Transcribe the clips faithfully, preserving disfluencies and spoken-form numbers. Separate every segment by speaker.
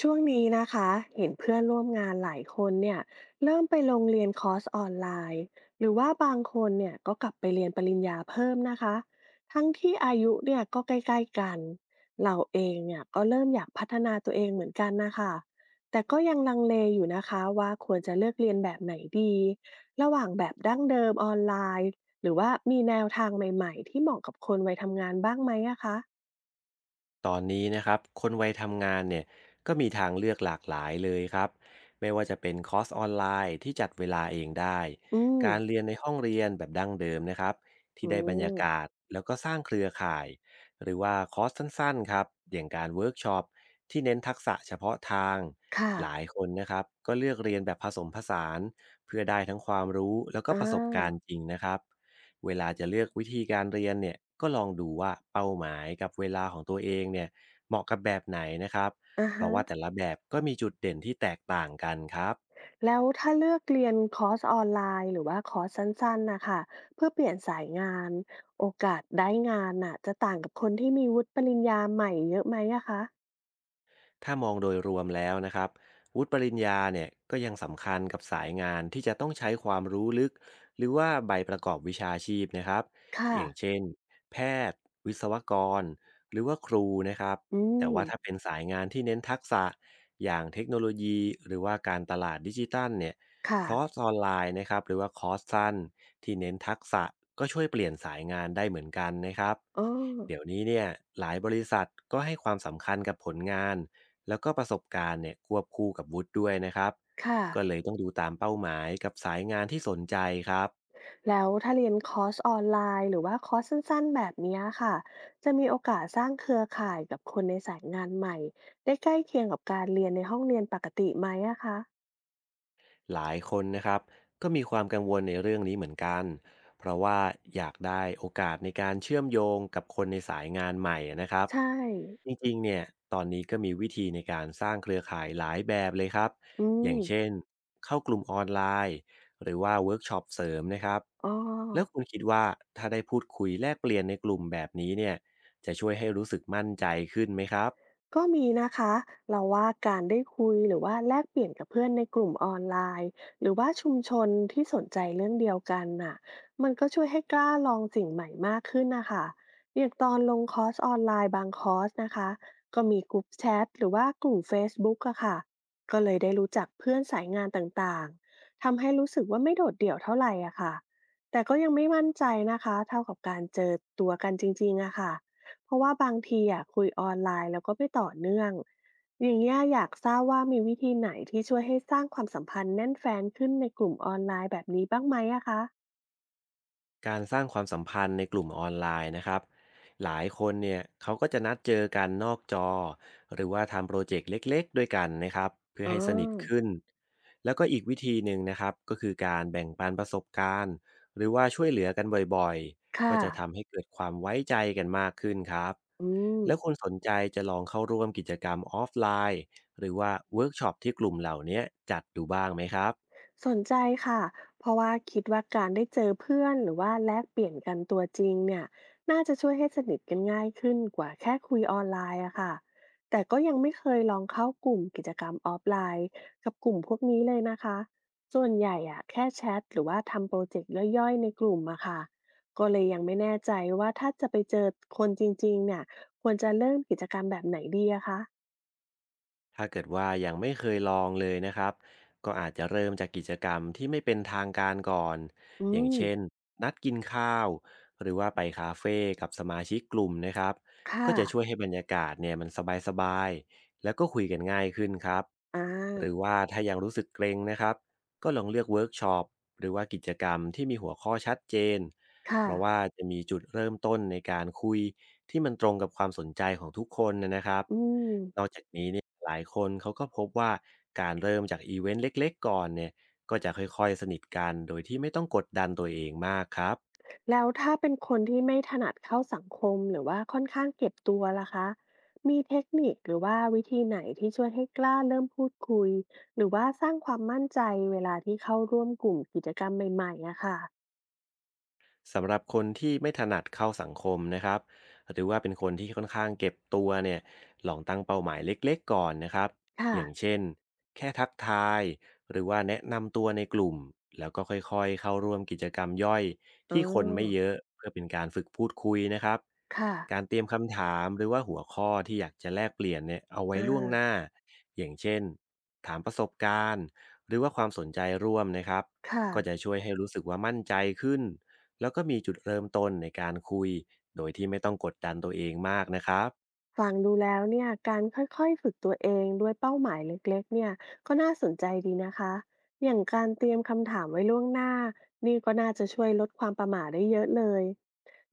Speaker 1: ช่วงนี้นะคะเห็นเพื่อนร่วมงานหลายคนเนี่ยเริ่มไปลงเรียนคอร์สออนไลน์หรือว่าบางคนเนี่ยก็กลับไปเรียนปริญญาเพิ่มนะคะทั้งที่อายุเนี่ยก็ใกล้ๆกันเราเองเนี่ยก็เริ่มอยากพัฒนาตัวเองเหมือนกันนะคะแต่ก็ยังลังเลอยู่นะคะว่าควรจะเลือกเรียนแบบไหนดีระหว่างแบบดั้งเดิมออนไลน์หรือว่ามีแนวทางใหม่ๆที่เหมาะกับคนวัยทำงานบ้างไหมอะคะ
Speaker 2: ตอนนี้นะครับคนวัยทำงานเนี่ยก็มีทางเลือกหลากหลายเลยครับไม่ว่าจะเป็นคอร์สออนไลน์ที่จัดเวลาเองได้
Speaker 1: อืม
Speaker 2: การเรียนในห้องเรียนแบบดั้งเดิมนะครับที่
Speaker 1: อื
Speaker 2: ได้บรรยากา
Speaker 1: ม
Speaker 2: ศแล้วก็สร้างเครือข่ายหรือว่าคอร์สสั้นๆครับอย่างการเวิร์กช็อปที่เน้นทักษะเฉพาะทาง
Speaker 1: ค่ะ
Speaker 2: หลายคนนะครับก็เลือกเรียนแบบผสมผสานเพื่อได้ทั้งความรู้แล้วก็
Speaker 1: อา
Speaker 2: ประสบการณ์จริงนะครับ เวลาจะเลือกวิธีการเรียนเนี่ยก็ลองดูว่าเป้าหมายกับเวลาของตัวเองเนี่ยเหมาะกับแบบไหนนะครับ
Speaker 1: อะ
Speaker 2: เพราะ
Speaker 1: ฮะ
Speaker 2: ว่าแต่ละแบบก็มีจุดเด่นที่แตกต่างกันครับ
Speaker 1: แล้วถ้าเลือกเรียนคอร์สออนไลน์หรือว่าคอร์สสั้นๆนะค่ะเพื่อเปลี่ยนสายงานโอกาสได้งานน่ะจะต่างกับคนที่มีวุฒิปริญญาใหม่เยอะไหมอะคะ
Speaker 2: ถ้ามองโดยรวมแล้วนะครับวุฒิปริญญาเนี่ยก็ยังสำคัญกับสายงานที่จะต้องใช้ความรู้ลึกหรือว่าใบประกอบวิชาชีพนะครับ
Speaker 1: ค่ะ
Speaker 2: อย่างเช่นแพทย์วิศวกรหรือว่าครูนะครับ
Speaker 1: อื
Speaker 2: แต่
Speaker 1: ม
Speaker 2: ว่าถ้าเป็นสายงานที่เน้นทักษะอย่างเทคโนโลยีหรือว่าการตลาดดิจิตัลเนี่ย
Speaker 1: ค่ะ
Speaker 2: คอร์สออนไลน์นะครับหรือว่าคอร์สสั้นที่เน้นทักษะก็ช่วยเปลี่ยนสายงานได้เหมือนกันนะครับ
Speaker 1: อ๋อ
Speaker 2: เดี๋ยวนี้เนี่ยหลายบริษัทก็ให้ความสำคัญกับผลงาน แล้วก็ประสบการณ์เนี่ยควบคู่กับวุฒิด้วยนะครับ
Speaker 1: ค่ะ
Speaker 2: ก็เลยต้องดูตามเป้าหมายกับสายงานที่สนใจครับ
Speaker 1: แล้วถ้าเรียนคอร์สออนไลน์หรือว่าคอร์สสั้นๆแบบเนี้ยค่ะจะมีโอกาสสร้างเครือข่ายกับคนในสายงานใหม่ได้ใกล้เคียงกับการเรียนในห้องเรียนปกติไหมอะคะ
Speaker 2: หลายคนนะครับก็มีความกังวลในเรื่องนี้เหมือนกันเพราะว่าอยากได้โอกาสในการเชื่อมโยงกับคนในสายงานใหม่นะครับ
Speaker 1: ใช่
Speaker 2: จริงๆเนี่ยตอนนี้ก็มีวิธีในการสร้างเครือข่ายหลายแบบเลยครับ
Speaker 1: อื
Speaker 2: อย่า
Speaker 1: ม
Speaker 2: งเช่นเข้ากลุ่มออนไลน์หรือว่าเวิร์กช็อปเสริมนะครับ
Speaker 1: อ๋อ
Speaker 2: แล้วคุณคิดว่าถ้าได้พูดคุยแลกเปลี่ยนในกลุ่มแบบนี้เนี่ยจะช่วยให้รู้สึกมั่นใจขึ้นไหมครับ
Speaker 1: ก็มีนะคะเราว่าการได้คุยหรือว่าแลกเปลี่ยนกับเพื่อนในกลุ่มออนไลน์หรือว่าชุมชนที่สนใจเรื่องเดียวกันน่ะมันก็ช่วยให้กล้าลองสิ่งใหม่มากขึ้นนะคะอย่างตอนลงคอร์สออนไลน์บางคอร์สนะคะก็มีกลุ่มแชทหรือว่ากลุ่ม เฟซบุ๊ก อะค่ะก็เลยได้รู้จักเพื่อนสายงานต่างๆทำให้รู้สึกว่าไม่โดดเดี่ยวเท่าไหร่อะค่ะแต่ก็ยังไม่มั่นใจนะคะเท่ากับการเจอตัวกันจริงๆอะค่ะ เพราะว่าบางทีอะคุยออนไลน์แล้วก็ไม่ต่อเนื่องอย่างเงี้ยอยากทราบว่ามีวิธีไหนที่ช่วยให้สร้างความสัมพันธ์แน่นแฟ้นขึ้นในกลุ่มออนไลน์แบบนี้บ้างไหมอะคะ
Speaker 2: การสร้างความสัมพันธ์ในกลุ่มออนไลน์นะครับหลายคนเนี่ยเขาก็จะนัดเจอกันนอกจอหรือว่าทำโปรเจกต์เล็กๆด้วยกันนะครับเพื่อ
Speaker 1: อ๋อ
Speaker 2: ให้สนิทขึ้นแล้วก็อีกวิธีหนึ่งนะครับก็คือการแบ่งปันประสบการณ์หรือว่าช่วยเหลือกันบ่อยๆก็
Speaker 1: ค่ะ
Speaker 2: จะทำให้เกิดความไว้ใจกันมากขึ้นครับ
Speaker 1: อืม
Speaker 2: แล้วคนสนใจจะลองเข้าร่วมกิจกรรมออฟไลน์หรือว่าเวิร์กช็อปที่กลุ่มเหล่านี้จัดดูบ้างไหมครับ
Speaker 1: สนใจค่ะเพราะว่าคิดว่าการได้เจอเพื่อนหรือว่าแลกเปลี่ยนกันตัวจริงเนี่ยน่าจะช่วยให้สนิทกันง่ายขึ้นกว่าแค่คุยออนไลน์อะค่ะ แต่ก็ยังไม่เคยลองเข้ากลุ่มกิจกรรมออฟไลน์กับกลุ่มพวกนี้เลยนะคะส่วนใหญ่อะแค่แชทหรือว่าทำโปรเจกต์ย่อยๆในกลุ่มอะค่ะก็เลยยังไม่แน่ใจว่าถ้าจะไปเจอคนจริงๆเนี่ยควรจะเริ่มกิจกรรมแบบไหนดีอะคะ
Speaker 2: ถ้าเกิดว่ายังไม่เคยลองเลยนะครับก็อาจจะเริ่มจากกิจกรรมที่ไม่เป็นทางการก่อน
Speaker 1: อื
Speaker 2: อย่าง
Speaker 1: ม
Speaker 2: เช่นนัดกินข้าวหรือว่าไปคาเฟ่กับสมาชิกกลุ่มนะครับก็
Speaker 1: ค่ะ
Speaker 2: จะช่วยให้บรรยากาศเนี่ยมันสบายๆแล้วก็คุยกันง่ายขึ้นครับ
Speaker 1: อ่
Speaker 2: หรือ
Speaker 1: า
Speaker 2: ว่าถ้ายังรู้สึกเกรงนะครับก็ลองเลือกเวิร์กช็อปหรือว่ากิจกรรมที่มีหัวข้อชัดเจน
Speaker 1: ค่ะ
Speaker 2: เพราะว่าจะมีจุดเริ่มต้นในการคุยที่มันตรงกับความสนใจของทุกคนนะนะครับ
Speaker 1: อืม
Speaker 2: นอกจากนี้เนี่ยหลายคนเขาก็พบว่าการเริ่มจากอีเวนต์เล็กๆก่อนเนี่ยก็จะค่อยๆสนิทกันโดยที่ไม่ต้องกดดันตัวเองมากครับ
Speaker 1: แล้วถ้าเป็นคนที่ไม่ถนัดเข้าสังคมหรือว่าค่อนข้างเก็บตัวล่ะคะมีเทคนิคหรือว่าวิธีไหนที่ช่วยให้กล้าเริ่มพูดคุยหรือว่าสร้างความมั่นใจเวลาที่เข้าร่วมกลุ่มกิจกรรมใหม่ๆอะค่ะ
Speaker 2: สำหรับคนที่ไม่ถนัดเข้าสังคมนะครับหรือว่าเป็นคนที่ค่อนข้างเก็บตัวเนี่ยลองตั้งเป้าหมายเล็กๆก่อนนะครับ
Speaker 1: ค่ะ
Speaker 2: อย่างเช่นแค่ทักทายหรือว่าแนะนำตัวในกลุ่มแล้วก็ค่อยๆเข้าร่วมกิจกรรมย่อย
Speaker 1: อ๋อ
Speaker 2: ที่คนไม่เยอะเพื่อเป็นการฝึกพูดคุยนะครับ
Speaker 1: ค่ะ
Speaker 2: การเตรียมคำถามหรือว่าหัวข้อที่อยากจะแลกเปลี่ยนเนี่ยเอาไว้
Speaker 1: อา
Speaker 2: ล่วงหน้าอย่างเช่นถามประสบการณ์หรือว่าความสนใจร่วมนะครับ
Speaker 1: ค่ะ
Speaker 2: ก็จะช่วยให้รู้สึกว่ามั่นใจขึ้น แล้วก็มีจุดเริ่มต้นในการคุยโดยที่ไม่ต้องกดดันตัวเองมากนะครับ
Speaker 1: ฟังดูแล้วเนี่ยการค่อยๆฝึกตัวเองด้วยเป้าหมายเล็กๆเนี่ยก็น่าสนใจดีนะคะอย่างการเตรียมคำถามไว้ล่วงหน้านี่ก็น่าจะช่วยลดความประหม่าได้เยอะเลย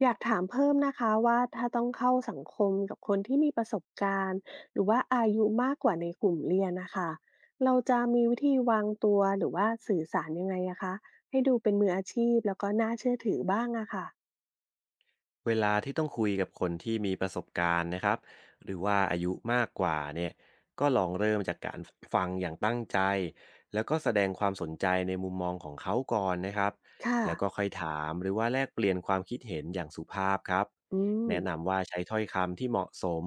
Speaker 1: อยากถามเพิ่มนะคะว่าถ้าต้องเข้าสังคมกับคนที่มีประสบการณ์หรือว่าอายุมากกว่าในกลุ่มเรียนนะคะเราจะมีวิธีวางตัวหรือว่าสื่อสารยังไงอะคะให้ดูเป็นมืออาชีพแล้วก็น่าเชื่อถือบ้างอะค่ะ
Speaker 2: เวลาที่ต้องคุยกับคนที่มีประสบการณ์นะครับหรือว่าอายุมากกว่าเนี่ยก็ลองเริ่มจากการฟังอย่างตั้งใจแล้วก็แสดงความสนใจในมุมมองของเขาก่อนนะครับ
Speaker 1: ค่ะ
Speaker 2: แล้วก็ค่อยถามหรือว่าแลกเปลี่ยนความคิดเห็นอย่างสุภาพครับ
Speaker 1: อืม
Speaker 2: แนะนำว่าใช้ถ้อยคำที่เหมาะสม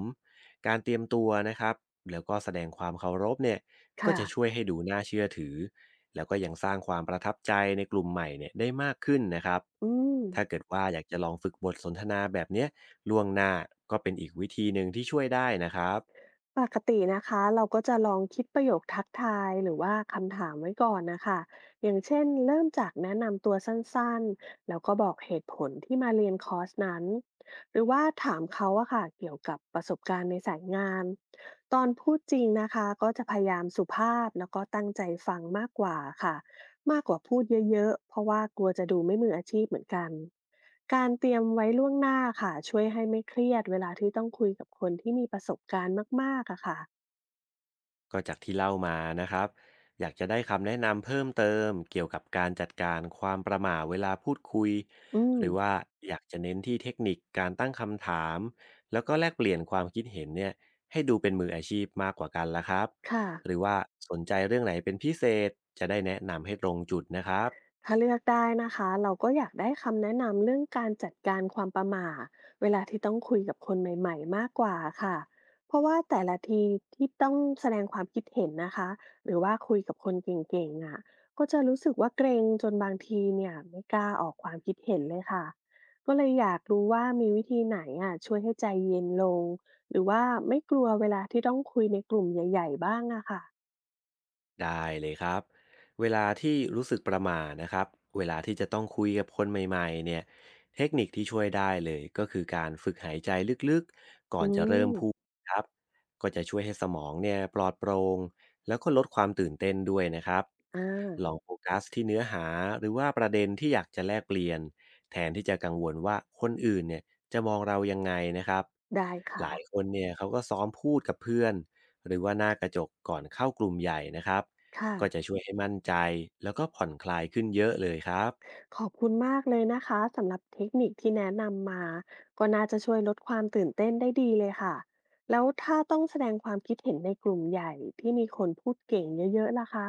Speaker 2: การเตรียมตัวนะครับแล้วก็แสดงความเคารพเนี่ยก็
Speaker 1: ค่ะ
Speaker 2: จะช่วยให้ดูน่าเชื่อถือ แล้วก็ยังสร้างความประทับใจในกลุ่มใหม่เนี่ยได้มากขึ้นนะครับ
Speaker 1: อืม
Speaker 2: ถ้าเกิดว่าอยากจะลองฝึกบทสนทนาแบบเนี้ยล่วงหน้าก็เป็นอีกวิธีหนึ่งที่ช่วยได้นะครับ
Speaker 1: ปกตินะคะเราก็จะลองคิดประโยคทักทายหรือว่าคำถามไว้ก่อนนะคะอย่างเช่นเริ่มจากแนะนำตัวสั้นๆแล้วก็บอกเหตุผลที่มาเรียนคอร์สนั้นหรือว่าถามเขาอะค่ะเกี่ยวกับประสบการณ์ในสายงานตอนพูดจริงนะคะก็จะพยายามสุภาพแล้วก็ตั้งใจฟังมากกว่าค่ะ มากกว่าพูดเยอะๆ เพราะว่ากลัวจะดูไม่มืออาชีพเหมือนกัน การเตรียมไว้ล่วงหน้าค่ะช่วยให้ไม่เครียดเวลาที่ต้องคุยกับคนที่มีประสบการณ์มากๆอะค่ะ
Speaker 2: ก็จากที่เล่ามานะครับอยากจะได้คำแนะนำเพิ่มเติมเกี่ยวกับการจัดการความประหม่าเวลาพูดคุย
Speaker 1: อื
Speaker 2: ห
Speaker 1: ม
Speaker 2: รือว่าอยากจะเน้นที่เทคนิคการตั้งคำถามแล้วก็แลกเปลี่ยนความคิดเห็นเนี่ยให้ดูเป็นมืออาชีพมากกว่ากันละครับ
Speaker 1: ค่ะ
Speaker 2: หรือว่าสนใจเรื่องไหนเป็นพิเศษจะได้แนะนำให้ตรงจุดนะครับ
Speaker 1: ถ้าเลือกได้นะคะเราก็อยากได้คำแนะนำเรื่องการจัดการความประหม่าเวลาที่ต้องคุยกับคนใหม่ๆมากกว่าค่ะเพราะว่าแต่ละทีที่ต้องแสดงความคิดเห็นนะคะหรือว่าคุยกับคนเก่งๆอ่ะก็จะรู้สึกว่าเกรงจนบางทีเนี่ยไม่กล้าออกความคิดเห็นเลยค่ะก็เลยอยากรู้ว่ามีวิธีไหนอ่ะช่วยให้ใจเย็นลงหรือว่าไม่กลัวเวลาที่ต้องคุยในกลุ่มใหญ่ๆบ้างอะค่ะ
Speaker 2: ได้เลยครับเวลาที่รู้สึกประหม่านะครับเวลาที่จะต้องคุยกับคนใหม่ๆเนี่ยเทคนิคที่ช่วยได้เลยก็คือการฝึกหายใจลึกๆก่อ
Speaker 1: อื
Speaker 2: นจะเริ่ม
Speaker 1: ม
Speaker 2: พูดครับก็จะช่วยให้สมองเนี่ยปลอดโปร่งแล้วก็ลดความตื่นเต้นด้วยนะครับ
Speaker 1: อ่า
Speaker 2: ลองโฟกัสที่เนื้อหาหรือว่าประเด็นที่อยากจะแลกเปลี่ยนแทนที่จะกังวลว่าคนอื่นเนี่ยจะมองเรายังไงนะครับ
Speaker 1: ได้
Speaker 2: ห
Speaker 1: ค่ะ
Speaker 2: ลายคนเนี่ยเขาก็ซ้อมพูดกับเพื่อนหรือว่าหน้ากระจกก่อนเข้ากลุ่มใหญ่นะครับ
Speaker 1: ค่ะ
Speaker 2: ก็จะช่วยให้มั่นใจแล้วก็ผ่อนคลายขึ้นเยอะเลยครับ
Speaker 1: ขอบคุณมากเลยนะคะสำหรับเทคนิคที่แนะนำมาก็น่าจะช่วยลดความตื่นเต้นได้ดีเลยค่ะแล้วถ้าต้องแสดงความคิดเห็นในกลุ่มใหญ่ที่มีคนพูดเก่งเยอะๆล่ะคะ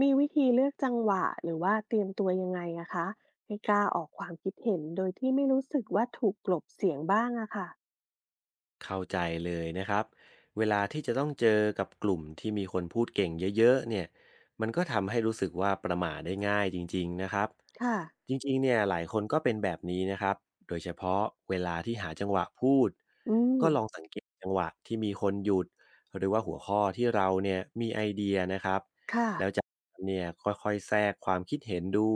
Speaker 1: มีวิธีเลือกจังหวะหรือว่าเตรียมตัวยังไงอะคะให้กล้าออกความคิดเห็นโดยที่ไม่รู้สึกว่าถูกกลบเสียงบ้างอะค่ะ
Speaker 2: เข้าใจเลยนะครับเวลาที่จะต้องเจอกับกลุ่มที่มีคนพูดเก่งเยอะๆเนี่ยมันก็ทำให้รู้สึกว่าประหม่าได้ง่ายจริงๆนะครับ
Speaker 1: ค่ะ
Speaker 2: จริงๆเนี่ยหลายคนก็เป็นแบบนี้นะครับโดยเฉพาะเวลาที่หาจังหวะพูด
Speaker 1: อืม
Speaker 2: ก็ลองสังเกตจังหวะที่มีคนหยุดหรือว่าหัวข้อที่เราเนี่ยมีไอเดียนะครับ
Speaker 1: ค่ะ
Speaker 2: แล้วจากนั้นเนี่ยค่อยๆแทรกความคิดเห็นดู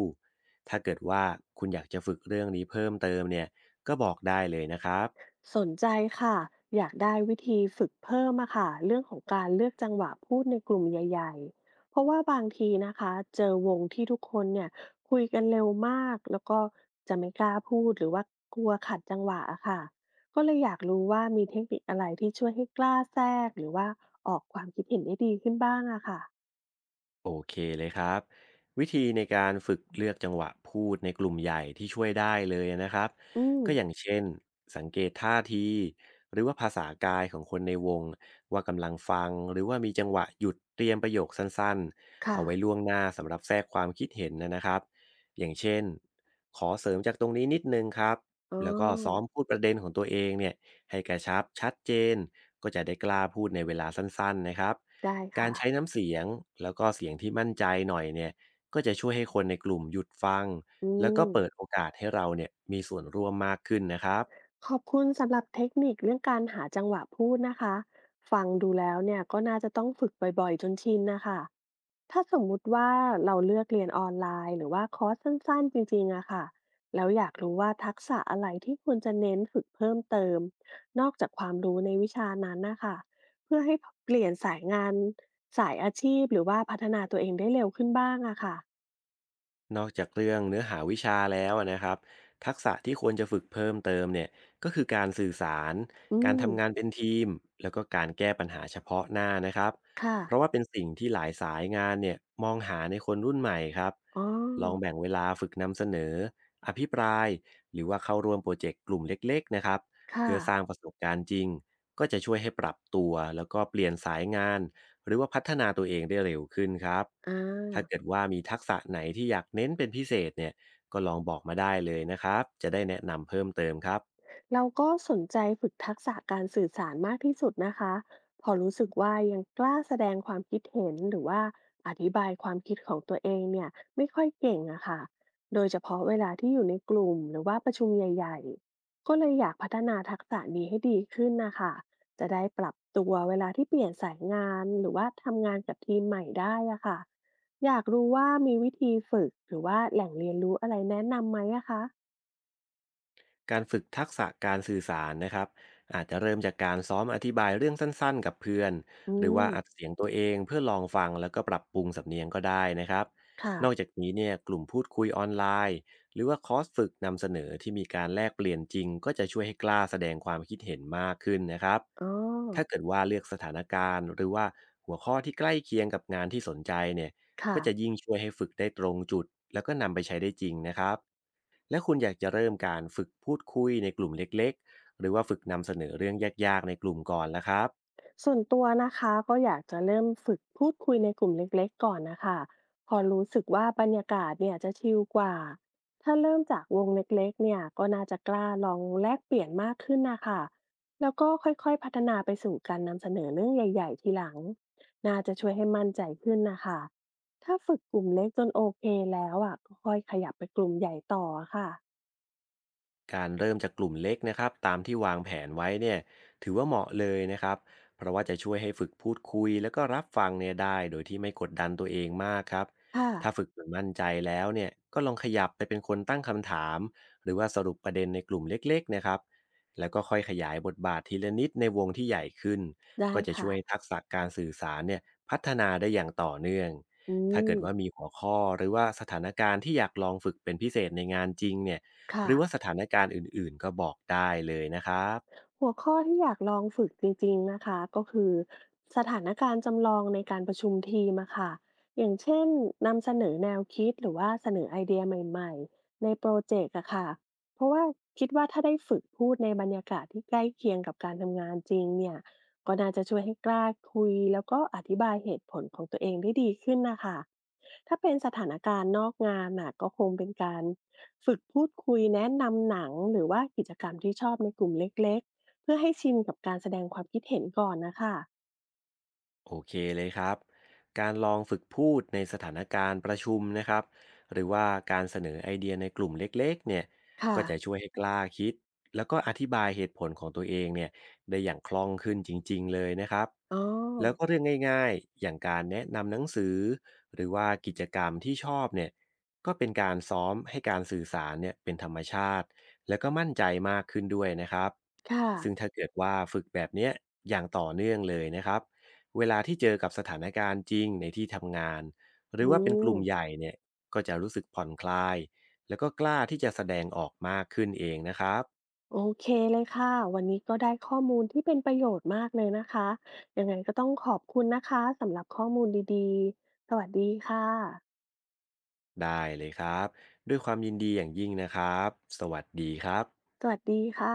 Speaker 2: ถ้าเกิดว่าคุณอยากจะฝึกเรื่องนี้เพิ่มเติมเนี่ยก็บอกได้เลยนะครับ
Speaker 1: สนใจค่ะอยากได้วิธีฝึกเพิ่มอะค่ะเรื่องของการเลือกจังหวะพูดในกลุ่มใหญ่ๆเพราะว่าบางทีนะคะเจอวงที่ทุกคนเนี่ยคุยกันเร็วมากแล้วก็จะไม่กล้าพูดหรือว่ากลัวขัดจังหวะอะค่ะก็เลยอยากรู้ว่ามีเทคนิคอะไรที่ช่วยให้กล้าแทรกหรือว่าออกความคิดเห็นได้ดีขึ้นบ้างอะค่ะ
Speaker 2: โอเคเลยครับวิธีในการฝึกเลือกจังหวะพูดในกลุ่มใหญ่ที่ช่วยได้เลยนะครับ
Speaker 1: อืม
Speaker 2: ก็อย่างเช่นสังเกตท่าทีหรือว่าภาษากายของคนในวงว่ากำลังฟังหรือว่ามีจังหวะหยุดเตรียมประโยคสั้นๆ
Speaker 1: ค่ะ
Speaker 2: เอาไว้ล่วงหน้าสำหรับแทรกความคิดเห็นนะนะครับอย่างเช่นขอเสริมจากตรงนี้นิดนึงครับ
Speaker 1: อ๋อ
Speaker 2: แล้วก็ซ้อมพูดประเด็นของตัวเองเนี่ยให้กระชับชัดเจนก็จะได้กล้าพูดในเวลาสั้นๆนะครับ
Speaker 1: ได้
Speaker 2: การ
Speaker 1: ค่ะ
Speaker 2: ใช้น้ำเสียงแล้วก็เสียงที่มั่นใจหน่อยเนี่ยก็จะช่วยให้คนในกลุ่มหยุดฟัง
Speaker 1: อื
Speaker 2: แล้วก็
Speaker 1: ม
Speaker 2: เปิดโอกาสให้เราเนี่ยมีส่วนร่วมมากขึ้นนะครับ
Speaker 1: ขอบคุณสำหรับเทคนิคเรื่องการหาจังหวะพูดนะคะฟังดูแล้วเนี่ยก็น่าจะต้องฝึกบ่อยๆจนชินนะคะถ้าสมมุติว่าเราเลือกเรียนออนไลน์หรือว่าคอร์สสั้นๆจริงๆอะค่ะแล้วอยากรู้ว่าทักษะอะไรที่ควรจะเน้นฝึกเพิ่มเติม นอกจากความรู้ในวิชานั้นนะคะเพื่อให้เปลี่ยนสายงานสายอาชีพหรือว่าพัฒนาตัวเองได้เร็วขึ้นบ้างอะค่ะ
Speaker 2: นอกจากเรื่องเนื้อหาวิชาแล้วอะนะครับทักษะที่ควรจะฝึกเพิ่มเติมเนี่ยก็คือการสื่อสาร
Speaker 1: อื
Speaker 2: การ
Speaker 1: ม
Speaker 2: ทำงานเป็นทีมแล้วก็การแก้ปัญหาเฉพาะหน้านะครับ
Speaker 1: ค่ะ
Speaker 2: เพราะว่าเป็นสิ่งที่หลายสายงานเนี่ยมองหาในคนรุ่นใหม่ครับ
Speaker 1: อ๋อ
Speaker 2: ลองแบ่งเวลาฝึกนำเสนออภิปรายหรือว่าเข้าร่วมโปรเจกต์กลุ่มเล็กๆนะครับ
Speaker 1: ค่ะ
Speaker 2: เพื่อสร้างประสบการณ์จริงก็จะช่วยให้ปรับตัวแล้วก็เปลี่ยนสายงาน หรือว่าพัฒนาตัวเองได้เร็วขึ้นครับ
Speaker 1: อ่
Speaker 2: ถ้าเกิ
Speaker 1: า
Speaker 2: ดว่ามีทักษะไหนที่อยากเน้นเป็นพิเศษเนี่ยก็ลองบอกมาได้เลยนะครับจะได้แนะนำเพิ่มเติมครับ
Speaker 1: เราก็สนใจฝึกทักษะการสื่อสารมากที่สุดนะคะพอรู้สึกว่ายังกล้าแสดงความคิดเห็นหรือว่าอธิบายความคิดของตัวเองเนี่ยไม่ค่อยเก่งอะค่ะโดยเฉพาะเวลาที่อยู่ในกลุ่มหรือว่าประชุมใหญ่ๆ ก็เลยอยากพัฒนาทักษะนี้ให้ดีขึ้นนะคะจะได้ปรับตัวเวลาที่เปลี่ยนสายงานหรือว่าทำงานกับทีมใหม่ได้อะค่ะอยากรู้ว่ามีวิธีฝึกหรือว่าแหล่งเรียนรู้อะไรแนะนำไหมอะคะ
Speaker 2: การฝึกทักษะการสื่อสารนะครับอาจจะเริ่มจากการซ้อมอธิบายเรื่องสั้นๆกับเพื่อน
Speaker 1: อื
Speaker 2: หรือว่า
Speaker 1: ม
Speaker 2: อัดเสียงตัวเองเพื่อลองฟังแล้วก็ปรับปรุงสำเนียงก็ได้นะครับ
Speaker 1: ค่ะ
Speaker 2: นอกจากนี้เนี่ยกลุ่มพูดคุยออนไลน์หรือว่าคอร์สฝึกนำเสนอที่มีการแลกเปลี่ยนจริงก็จะช่วยให้กล้าแสดงความคิดเห็นมากขึ้นนะครับ
Speaker 1: อ๋อ
Speaker 2: ถ้าเกิดว่าเลือกสถานการณ์หรือว่าหัวข้อที่ใกล้เคียงกับงานที่สนใจเนี่ยก็
Speaker 1: ค่ะ
Speaker 2: จะยิ่งช่วยให้ฝึกได้ตรงจุดแล้วก็นำไปใช้ได้จริงนะครับ และคุณอยากจะเริ่มการฝึกพูดคุยในกลุ่มเล็กๆ หรือว่าฝึกนำเสนอเรื่องยากๆ ในกลุ่มก่อนละครับ
Speaker 1: ส่วนตัวนะคะก็อยากจะเริ่มฝึกพูดคุยในกลุ่มเล็กๆก่อนนะคะพอรู้สึกว่าบรรยากาศเนี่ยจะชิลกว่าถ้าเริ่มจากวงเล็กๆเนี่ยก็น่าจะกล้าลองแลกเปลี่ยนมากขึ้นนะคะแล้วก็ค่อยๆพัฒนาไปสู่การนำเสนอเรื่องใหญ่ๆทีหลังน่าจะช่วยให้มั่นใจขึ้นนะคะถ้าฝึกกลุ่มเล็กจนโอเคแล้วอ่ะก็ค่อยขยับไปกลุ่มใหญ่ต่อค่ะ
Speaker 2: การเริ่มจากกลุ่มเล็กนะครับตามที่วางแผนไว้เนี่ยถือว่าเหมาะเลยนะครับเพราะว่าจะช่วยให้ฝึกพูดคุยแล้วก็รับฟังเนี่ยได้โดยที่ไม่กดดันตัวเองมากครับ
Speaker 1: ค่ะ
Speaker 2: ถ้าฝึกจนมั่นใจแล้วเนี่ยก็ลองขยับไปเป็นคนตั้งคำถามหรือว่าสรุปประเด็นในกลุ่มเล็กๆนะครับแล้วก็ค่อยขยายบทบาททีละนิดในวงที่ใหญ่ขึ้น
Speaker 1: ได้
Speaker 2: ก็จะช่
Speaker 1: ค่ะ
Speaker 2: วยให้ทักษะการสื่อสารเนี่ยพัฒนาได้อย่างต่อเนื่อง
Speaker 1: อื
Speaker 2: ถ้าเกิ
Speaker 1: ม
Speaker 2: ดว่ามีหัวข้อหรือว่าสถานการณ์ที่อยากลองฝึกเป็นพิเศษในงานจริงเนี่ย ห
Speaker 1: ค่ะ
Speaker 2: รือว่าสถานการณ์อื่นๆก็บอกได้เลยนะครับ
Speaker 1: หัวข้อที่อยากลองฝึกจริงๆ นะคะ ก็คือสถานการณ์จำลองในการประชุมทีมอะค่ะอย่างเช่นนำเสนอแนวคิดหรือว่าเสนอไอเดียใหม่ๆในโปรเจกต์อะค่ะ เพราะว่าคิดว่าถ้าได้ฝึกพูดในบรรยากาศที่ใกล้เคียงกับการทำงานจริงเนี่ยก็น่าจะช่วยให้กล้าคุยแล้วก็อธิบายเหตุผลของตัวเองได้ดีขึ้นนะคะถ้าเป็นสถานการณ์นอกงานน่ะก็คงเป็นการฝึกพูดคุยแนะนำหนังหรือว่ากิจกรรมที่ชอบในกลุ่มเล็ก เพื่อให้ชินกับการแสดงความคิดเห็นก่อนนะค่ะ
Speaker 2: โอเคเลยครับการลองฝึกพูดในสถานการณ์ประชุมนะครับหรือว่าการเสนอไอเดียในกลุ่มเล็กๆเนี่ย
Speaker 1: ค่ะ
Speaker 2: ก็จะช่วยให้กล้าคิดแล้วก็อธิบายเหตุผลของตัวเองเนี่ยได้อย่างคล่องขึ้นจริงๆเลยนะครับ
Speaker 1: อ๋อ
Speaker 2: แล้วก็เรื่องง่ายๆอย่างการแนะนำหนังสือหรือว่ากิจกรรมที่ชอบเนี่ยก็เป็นการซ้อมให้การสื่อสารเนี่ยเป็นธรรมชาติแล้วก็มั่นใจมากขึ้นด้วยนะครับ
Speaker 1: ค่ะ
Speaker 2: ซึ่งถ้าเกิดว่าฝึกแบบเนี้ยอย่างต่อเนื่องเลยนะครับเวลาที่เจอกับสถานการณ์จริงในที่ทำงานหรื
Speaker 1: อื
Speaker 2: อว่าเป็นก
Speaker 1: ม
Speaker 2: ลุ่มใหญ่เนี่ยก็จะรู้สึกผ่อนคลายแล้วก็กล้าที่จะแสดงออกมากขึ้นเองนะครับ
Speaker 1: โอเคเลยค่ะ วันนี้ก็ได้ข้อมูลที่เป็นประโยชน์มากเลยนะคะยังไงก็ต้องขอบคุณนะคะสำหรับข้อมูลดีๆ สวัสดีค่ะ
Speaker 2: ได้เลยครับด้วยความยินดีอย่างยิ่งนะครับสวัสดีครับ
Speaker 1: สวัสดีค่ะ